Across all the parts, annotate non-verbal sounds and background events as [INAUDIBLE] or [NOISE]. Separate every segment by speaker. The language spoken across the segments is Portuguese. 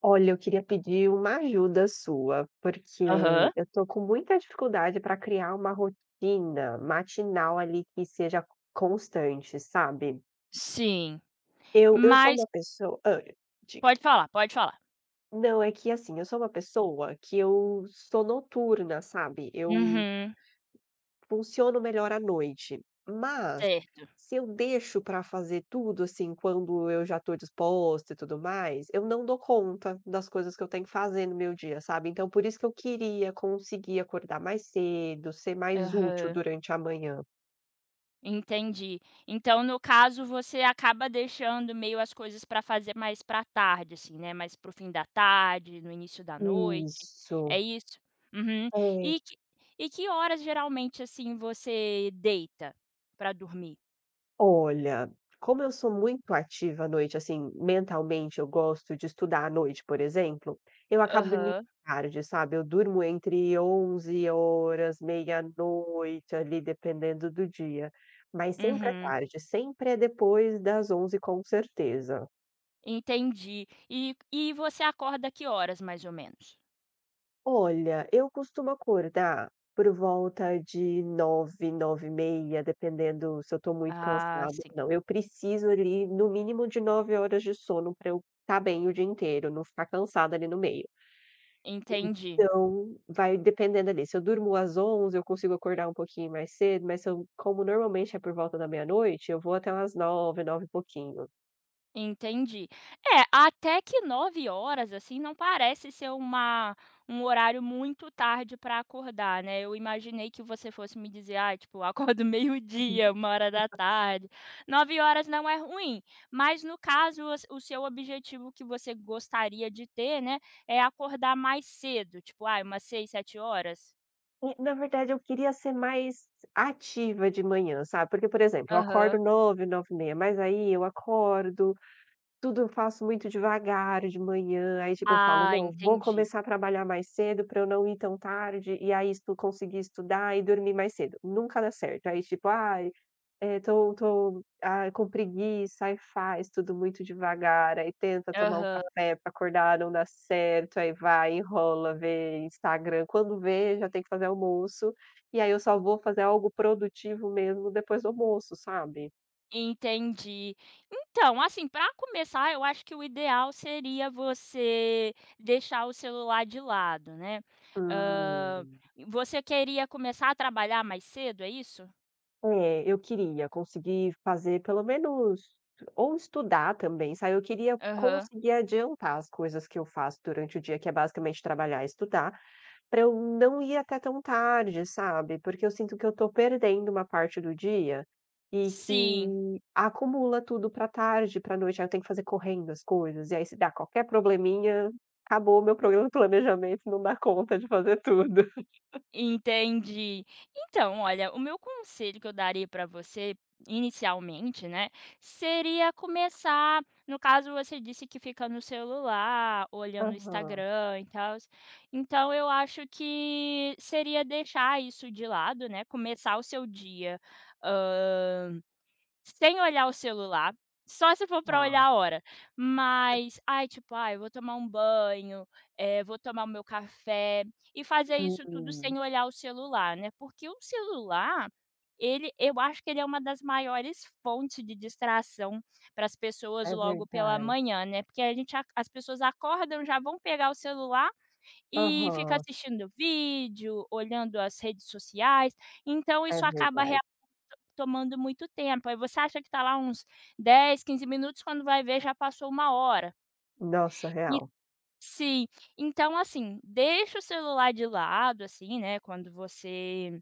Speaker 1: Olha, eu queria pedir uma ajuda sua, porque
Speaker 2: Aham,
Speaker 1: eu tô com muita dificuldade para criar uma rotina matinal ali que seja constante, sabe?
Speaker 2: sim.
Speaker 1: Eu sou
Speaker 2: Mas
Speaker 1: uma pessoa. Diga.
Speaker 2: pode falar, pode falar.
Speaker 1: Não, é que assim, eu sou uma pessoa que eu sou noturna, sabe? Eu
Speaker 2: Uhum,
Speaker 1: funciono melhor à noite, mas
Speaker 2: certo.
Speaker 1: se eu deixo para fazer tudo, assim, quando eu já estou disposta e tudo mais, eu não dou conta das coisas que eu tenho que fazer no meu dia, sabe. Então por isso que eu queria conseguir acordar mais cedo, ser mais útil
Speaker 2: Aham,
Speaker 1: durante a manhã.
Speaker 2: entendi. Então, no caso, você acaba deixando meio as coisas pra fazer mais pra tarde, assim, né, mais para o fim da tarde, no início da noite, é
Speaker 1: Isso.
Speaker 2: isso? Uhum.
Speaker 1: É.
Speaker 2: E que e que horas geralmente, assim, você deita pra dormir?
Speaker 1: Olha, como eu sou muito ativa à noite, assim, mentalmente eu gosto de estudar à noite, por exemplo, eu acabo dormindo
Speaker 2: Aham,
Speaker 1: tarde, sabe? Eu durmo entre 11 horas meia-noite, ali, dependendo do dia. Mas sempre é
Speaker 2: uhum,
Speaker 1: tarde, sempre é depois das onze com certeza.
Speaker 2: entendi. E você acorda que horas mais ou menos?
Speaker 1: Olha, eu costumo acordar por volta de nove, nove e meia, dependendo se eu estou muito
Speaker 2: Ah,
Speaker 1: cansada
Speaker 2: sim,
Speaker 1: ou não. Eu preciso ali, no mínimo, de 9 horas de sono para eu estar bem o dia inteiro, não ficar cansada ali no meio.
Speaker 2: entendi.
Speaker 1: Então, vai dependendo ali. Se eu durmo às onze, eu consigo acordar um pouquinho mais cedo, mas se eu como normalmente é por volta da meia-noite, eu vou até umas 9, 9 e pouquinho.
Speaker 2: Entendi. É, até que nove horas assim, não parece ser uma um horário muito tarde para acordar, né. Eu imaginei que você fosse me dizer: "Ah, tipo, eu acordo [LAUGHS] meio-dia, uma hora da tarde." Nove horas não é ruim, mas no caso o s o seu objetivo que você gostaria de ter, né, é acordar mais cedo, tipo, ah, umas seis, sete horas.
Speaker 1: E na verdade eu queria ser mais ativa de manhã, sabe, porque, por
Speaker 2: H
Speaker 1: exemplo, eu acordo
Speaker 2: Aham.
Speaker 1: nove nove 9 h mas aí eu acordo, tudo eu faço muito devagar de manhã, aí, tipo, eu falo:
Speaker 2: Ah,
Speaker 1: "Não, vou
Speaker 2: entendi.
Speaker 1: começar a trabalhar mais cedo pra eu não ir tão tarde, e aí estu conseguir estudar e dormir mais cedo". Nunca dá certo. Aí, tipo: "Ai, tô, com preguiça", aí faz tudo muito devagar, aí tenta tomar um
Speaker 2: Aham.
Speaker 1: café pra acordar, não dá certo, aí vai, enrola, vê Instagram, quando vê já tem que fazer almoço, e aí eu só vou fazer algo produtivo mesmo depois do almoço, sabe?
Speaker 2: Entendi. Então, assim, para começar, eu acho que o ideal seria você deixar o celular de lado, né. Hã,
Speaker 1: Hum.
Speaker 2: Você queria começar a trabalhar mais cedo, é isso?
Speaker 1: É, eu queria conseguir fazer pelo menos ou estudar também, sabe, eu queria
Speaker 2: Aham.
Speaker 1: conseguir adiantar as coisas que eu faço durante o dia, que é basicamente trabalhar e estudar, para eu não ir até tão tarde, sabe, porque eu sinto que eu tô perdendo uma parte do dia e
Speaker 2: Sim.
Speaker 1: que acumula tudo para tarde, para noite, aí eu tenho que fazer correndo as coisas, e aí se dá qualquer probleminha, acabou o meu programa de planejamento, não dá conta de fazer tudo.
Speaker 2: Entendi. Então, olha, o meu conselho que eu daria para você, inicialmente, né, seria começar. No caso, você disse que fica no celular, olhando o
Speaker 1: Aham,
Speaker 2: Instagram e tal. Então, eu acho que seria deixar isso de lado, né? Começar o seu dia, sem olhar o celular, só se for para olhar
Speaker 1: tá.
Speaker 2: a hora. Mas, ai, tipo, ai, vou tomar um banho, vou tomar o meu café e fazer isso tudo
Speaker 1: Hum,
Speaker 2: sem olhar o celular, né, porque o celular, ele eu acho que ele é uma das maiores fontes de distração para as pessoas
Speaker 1: é
Speaker 2: logo pela
Speaker 1: verdade.
Speaker 2: manhã, né, porque a gente a as pessoas acordam, já vão pegar o celular e fica
Speaker 1: Aham,
Speaker 2: assistindo vídeo, olhando as redes sociais, então
Speaker 1: é
Speaker 2: isso acaba
Speaker 1: verdade.
Speaker 2: tomando muito tempo. Aí você acha que está lá uns 10, 15 minutos, quando vai ver já passou uma hora.
Speaker 1: Nossa,
Speaker 2: E
Speaker 1: real.
Speaker 2: sim, então assim, deixa o celular de lado, assim, né, quando você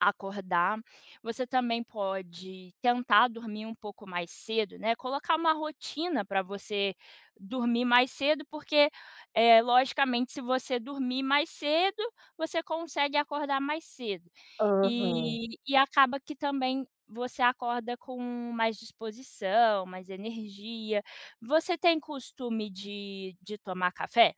Speaker 2: acordar. Você também pode tentar dormir um pouco mais cedo, né, colocar uma rotina para você dormir mais cedo, porque, logicamente se você dormir mais cedo, você consegue acordar mais cedo.
Speaker 1: Aham.
Speaker 2: E acaba que também você acorda com mais disposição, mais energia. Você tem costume de tomar café?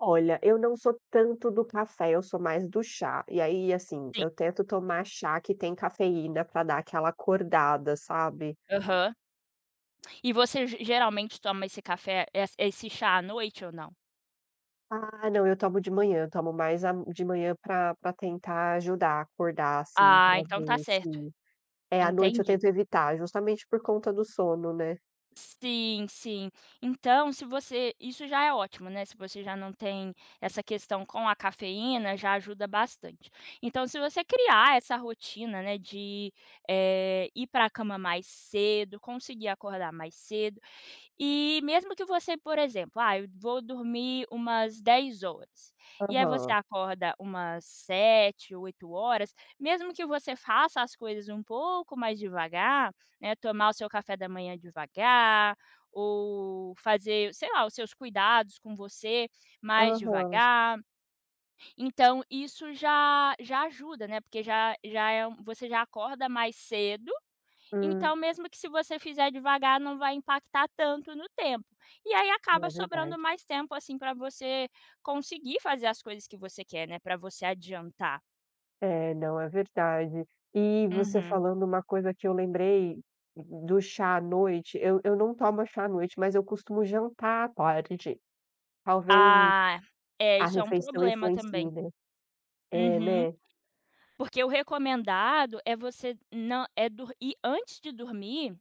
Speaker 1: Olha, eu não sou tanto do café, eu sou mais do chá. E aí, assim,
Speaker 2: Sim.
Speaker 1: eu tento tomar chá que tem cafeína pra dar aquela acordada, sabe.
Speaker 2: Aham. E você ge geralmente toma esse café ess esse chá à noite ou não?
Speaker 1: Ah, não, eu tomo de manhã, eu tomo mais a de manhã pra para tentar ajudar a acordar, assim,
Speaker 2: Ah,
Speaker 1: pra
Speaker 2: então tá
Speaker 1: ver
Speaker 2: certo,
Speaker 1: se é, à noite eu
Speaker 2: entendi.
Speaker 1: tento evitar, justamente por conta do sono, né.
Speaker 2: Sim, sim. Então, se você isso já é ótimo, né, se você já não tem essa questão com a cafeína, já ajuda bastante. Então, se você criar essa rotina, né, de, ir para a cama mais cedo, conseguir acordar mais cedo, e mesmo que você, por exemplo, ah, eu vou dormir umas 10 horas, e aí você
Speaker 1: Aham,
Speaker 2: acorda umas 7 8 horas, mesmo que você faça as coisas um pouco mais devagar, né, tomar o seu café da manhã devagar, ou fazer, sei lá, os seus cuidados com você mais
Speaker 1: aham.
Speaker 2: devagar. Então isso já já ajuda, né, porque já já é um você já acorda mais cedo, então,
Speaker 1: Hum,
Speaker 2: mesmo que se você fizer devagar, não vai impactar tanto no tempo. E aí acaba
Speaker 1: é
Speaker 2: sobrando
Speaker 1: verdade.
Speaker 2: mais tempo, assim, para você conseguir fazer as coisas que você quer, né, para você adiantar.
Speaker 1: É, não, é verdade. E você
Speaker 2: Uhum.
Speaker 1: falando uma coisa que eu lembrei do chá à noite, eu não tomo chá à noite, mas eu costumo jantar à tarde. Talvez
Speaker 2: Ah, é,
Speaker 1: a
Speaker 2: isso é um
Speaker 1: refeição
Speaker 2: problema
Speaker 1: influencie,
Speaker 2: também.
Speaker 1: né. É,
Speaker 2: Uhum.
Speaker 1: né?
Speaker 2: Porque o recomendado é você não é dor ir antes de dormir.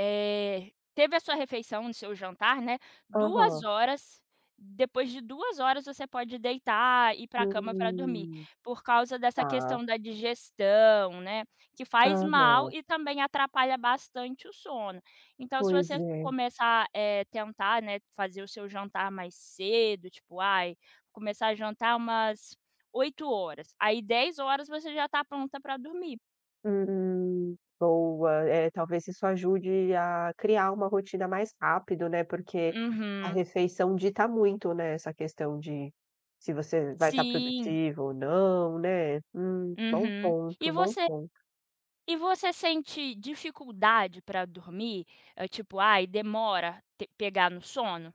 Speaker 2: Teve a sua refeição, o seu jantar, né, duas
Speaker 1: Aham.
Speaker 2: horas, depois de 2 horas você pode deitar, e ir para a cama para dormir,
Speaker 1: Hum,
Speaker 2: por causa dessa
Speaker 1: tá.
Speaker 2: questão da digestão, né, que faz mal
Speaker 1: Aham.
Speaker 2: e também atrapalha bastante o sono. Então se
Speaker 1: Pois
Speaker 2: você
Speaker 1: é.
Speaker 2: começar, a tentar, né, fazer o seu jantar mais cedo, tipo, ai, começar a jantar umas oito horas, aí dez horas você já está pronta para dormir.
Speaker 1: Boa. É, talvez isso ajude a criar uma rotina mais rápido, né, porque a
Speaker 2: Uhum.
Speaker 1: refeição dita muito, né, essa questão de se você vai estar
Speaker 2: Sim.
Speaker 1: produtivo ou não, né. Bom
Speaker 2: Uhum. E
Speaker 1: ponto, bom
Speaker 2: você
Speaker 1: ponto.
Speaker 2: E você sente dificuldade para dormir? Tipo, ai, demora te pegar no sono?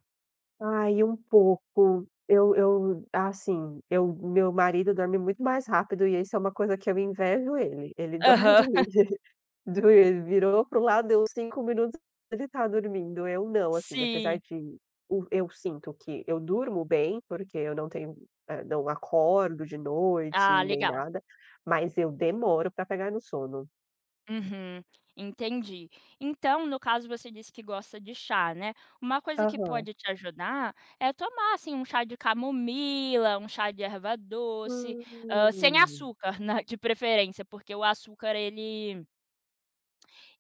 Speaker 1: Ai, um pouco. Eu assim, eu meu marido dorme muito mais rápido e isso é uma coisa que eu invejo ele. Ele dorme
Speaker 2: Aham.
Speaker 1: [LAUGHS] Doi virou para o lado, deu 5 minutos, ele tá dormindo, eu não, assim, apesar
Speaker 2: Sim.
Speaker 1: de o eu sinto que eu durmo bem, porque eu não tenho, não acordo de
Speaker 2: Ah,
Speaker 1: noite, nem
Speaker 2: legal.
Speaker 1: nada, mas eu demoro pra pegar no sono.
Speaker 2: Uhum, entendi. Então, no caso, você disse que gosta de chá, né. Uma coisa que
Speaker 1: Aham.
Speaker 2: pode te ajudar é tomar, assim, um chá de camomila, um chá de erva doce, sem
Speaker 1: Hum,
Speaker 2: açúcar, [LAUGHS] né, de preferência, porque o açúcar ele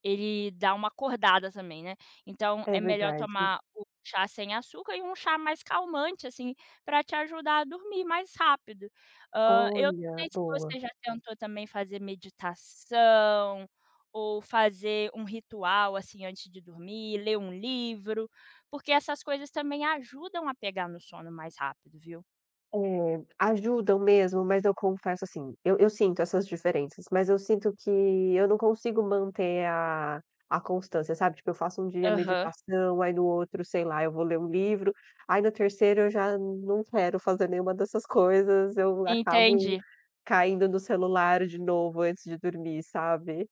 Speaker 2: ele dá uma acordada também, né. Então
Speaker 1: é
Speaker 2: é melhor
Speaker 1: verdade.
Speaker 2: tomar o chá sem açúcar e um chá mais calmante, assim, para te ajudar a dormir mais rápido. Eu não
Speaker 1: Olha,
Speaker 2: sei se
Speaker 1: boa.
Speaker 2: você já tentou também fazer meditação ou fazer um ritual, assim, antes de dormir, ler um livro, porque essas coisas também ajudam a pegar no sono mais rápido, viu.
Speaker 1: É, ajudam mesmo, mas eu confesso, assim, eu sinto essas diferenças, mas eu sinto que eu não consigo manter a constância, sabe, tipo, eu faço um dia
Speaker 2: Aham,
Speaker 1: meditação, aí no outro, sei lá, eu vou ler um livro, aí no terceiro eu já não quero fazer nenhuma dessas coisas, eu acabo
Speaker 2: entendi.
Speaker 1: caindo no celular de novo antes de dormir, sabe.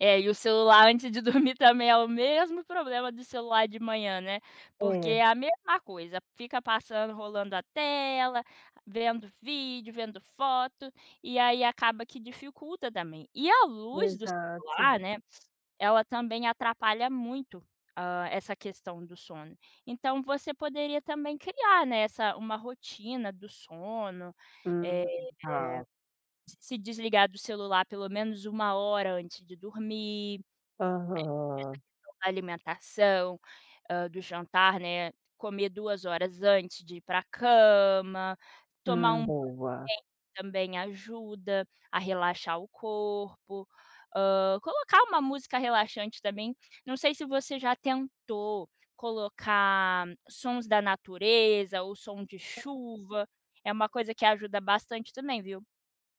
Speaker 2: É, e o celular antes de [LAUGHS] dormir também é o mesmo problema do celular de manhã, né, porque
Speaker 1: É,
Speaker 2: é a mesma coisa, fica passando, rolando a tela, vendo vídeo, vendo foto, e aí acaba que dificulta também. E a luz do
Speaker 1: exato.
Speaker 2: celular, né, ela também atrapalha muito, essa questão do sono. Então você poderia também criar, né, essa uma rotina do sono, eh
Speaker 1: Hum, tá.
Speaker 2: se desligar do celular pelo menos uma hora antes de dormir,
Speaker 1: Aham.
Speaker 2: da alimentação, do jantar, né, comer 2 horas antes de ir para a cama, tomar um banho
Speaker 1: Boa.
Speaker 2: quente também ajuda a relaxar o corpo, colocar uma música relaxante também. Não sei se você já tentou colocar sons da natureza ou som de chuva, é uma coisa que ajuda bastante também, viu.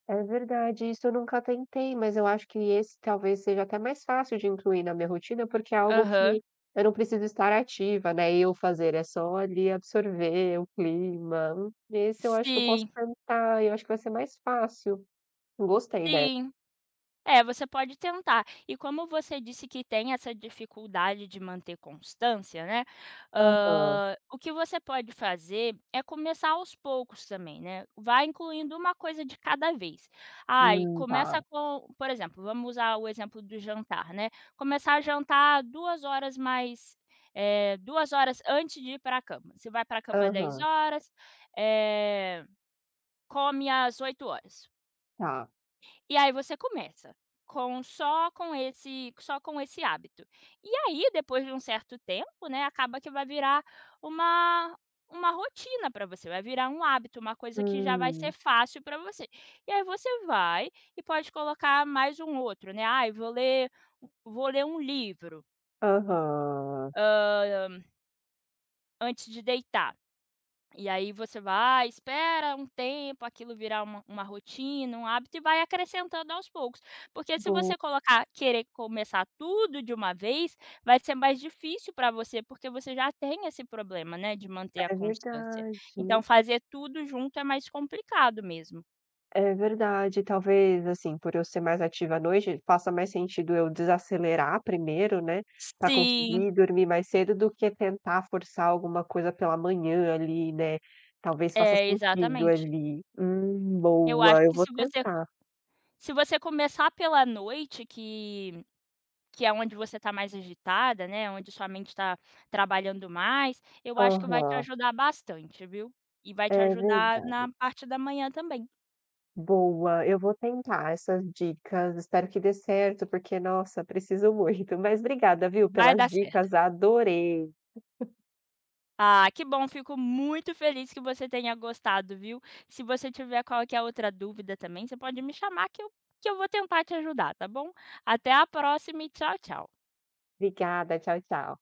Speaker 1: É verdade, isso eu nunca tentei, mas eu acho que esse talvez seja até mais fácil de incluir na minha rotina, porque é algo
Speaker 2: Aham.
Speaker 1: que eu não preciso estar ativa, né, eu fazer, é só ali absorver o clima. Esse eu acho que eu posso
Speaker 2: Sim.
Speaker 1: tentar, eu acho que vai ser mais fácil. Gostei dessa.
Speaker 2: Sim. É, você pode tentar. E como você disse que tem essa dificuldade de manter constância, né,
Speaker 1: Aham.
Speaker 2: o que você pode fazer é começar aos poucos também, né, vai incluindo uma coisa de cada vez. Ai, começa
Speaker 1: Tá.
Speaker 2: com por exemplo, vamos usar o exemplo do jantar, né, começar a jantar 2 horas mais eh, 2 horas antes de ir para a cama. Você vai para a cama às dez
Speaker 1: Aham,
Speaker 2: horas, eh, come às oito horas.
Speaker 1: tá.
Speaker 2: E aí você começa com só com esse hábito. E aí, depois de um certo tempo, né, acaba que vai virar uma uma rotina para você, vai virar um hábito, uma coisa que já vai ser
Speaker 1: Hum,
Speaker 2: fácil para você. E aí você vai e pode colocar mais um outro, né, ah eu vou ler um livro,
Speaker 1: aham.
Speaker 2: hã, antes de deitar". E aí você vai, espera um tempo aquilo virar uma rotina, um hábito e vai acrescentando aos poucos. Porque se
Speaker 1: Boa,
Speaker 2: você colocar querer começar tudo de uma vez, vai ser mais difícil para você, porque você já tem esse problema, né, de manter a
Speaker 1: é
Speaker 2: constância. Então
Speaker 1: verdade.
Speaker 2: fazer tudo junto é mais complicado mesmo.
Speaker 1: É verdade, talvez, assim, por eu ser mais ativa à noite, faça mais sentido eu desacelerar primeiro, né, para
Speaker 2: Sim,
Speaker 1: conseguir dormir mais cedo do que tentar forçar alguma coisa pela manhã ali, né. Talvez faça
Speaker 2: é,
Speaker 1: sentido
Speaker 2: exatamente.
Speaker 1: ali.
Speaker 2: Eu acho
Speaker 1: Boa, eu
Speaker 2: que
Speaker 1: vou
Speaker 2: se você
Speaker 1: tentar.
Speaker 2: se você começar pela noite que é onde você está mais agitada, né, onde sua mente está trabalhando mais, eu acho que vai te
Speaker 1: Aham,
Speaker 2: ajudar bastante, viu. E vai te
Speaker 1: é
Speaker 2: ajudar na
Speaker 1: verdade.
Speaker 2: parte da manhã também.
Speaker 1: Boa, eu vou tentar essas dicas, espero que dê certo, porque, nossa, preciso [LAUGHS] muito. Mas obrigada, viu,
Speaker 2: Vai
Speaker 1: pelas
Speaker 2: dar certo.
Speaker 1: dicas, adorei.
Speaker 2: Ah, que bom, fico muito feliz que você tenha gostado, viu. Se você tiver qualquer outra dúvida também, você pode me chamar que eu vou tentar te ajudar, tá bom. Até a próxima e tchau, tchau.
Speaker 1: Obrigada, tchau, tchau.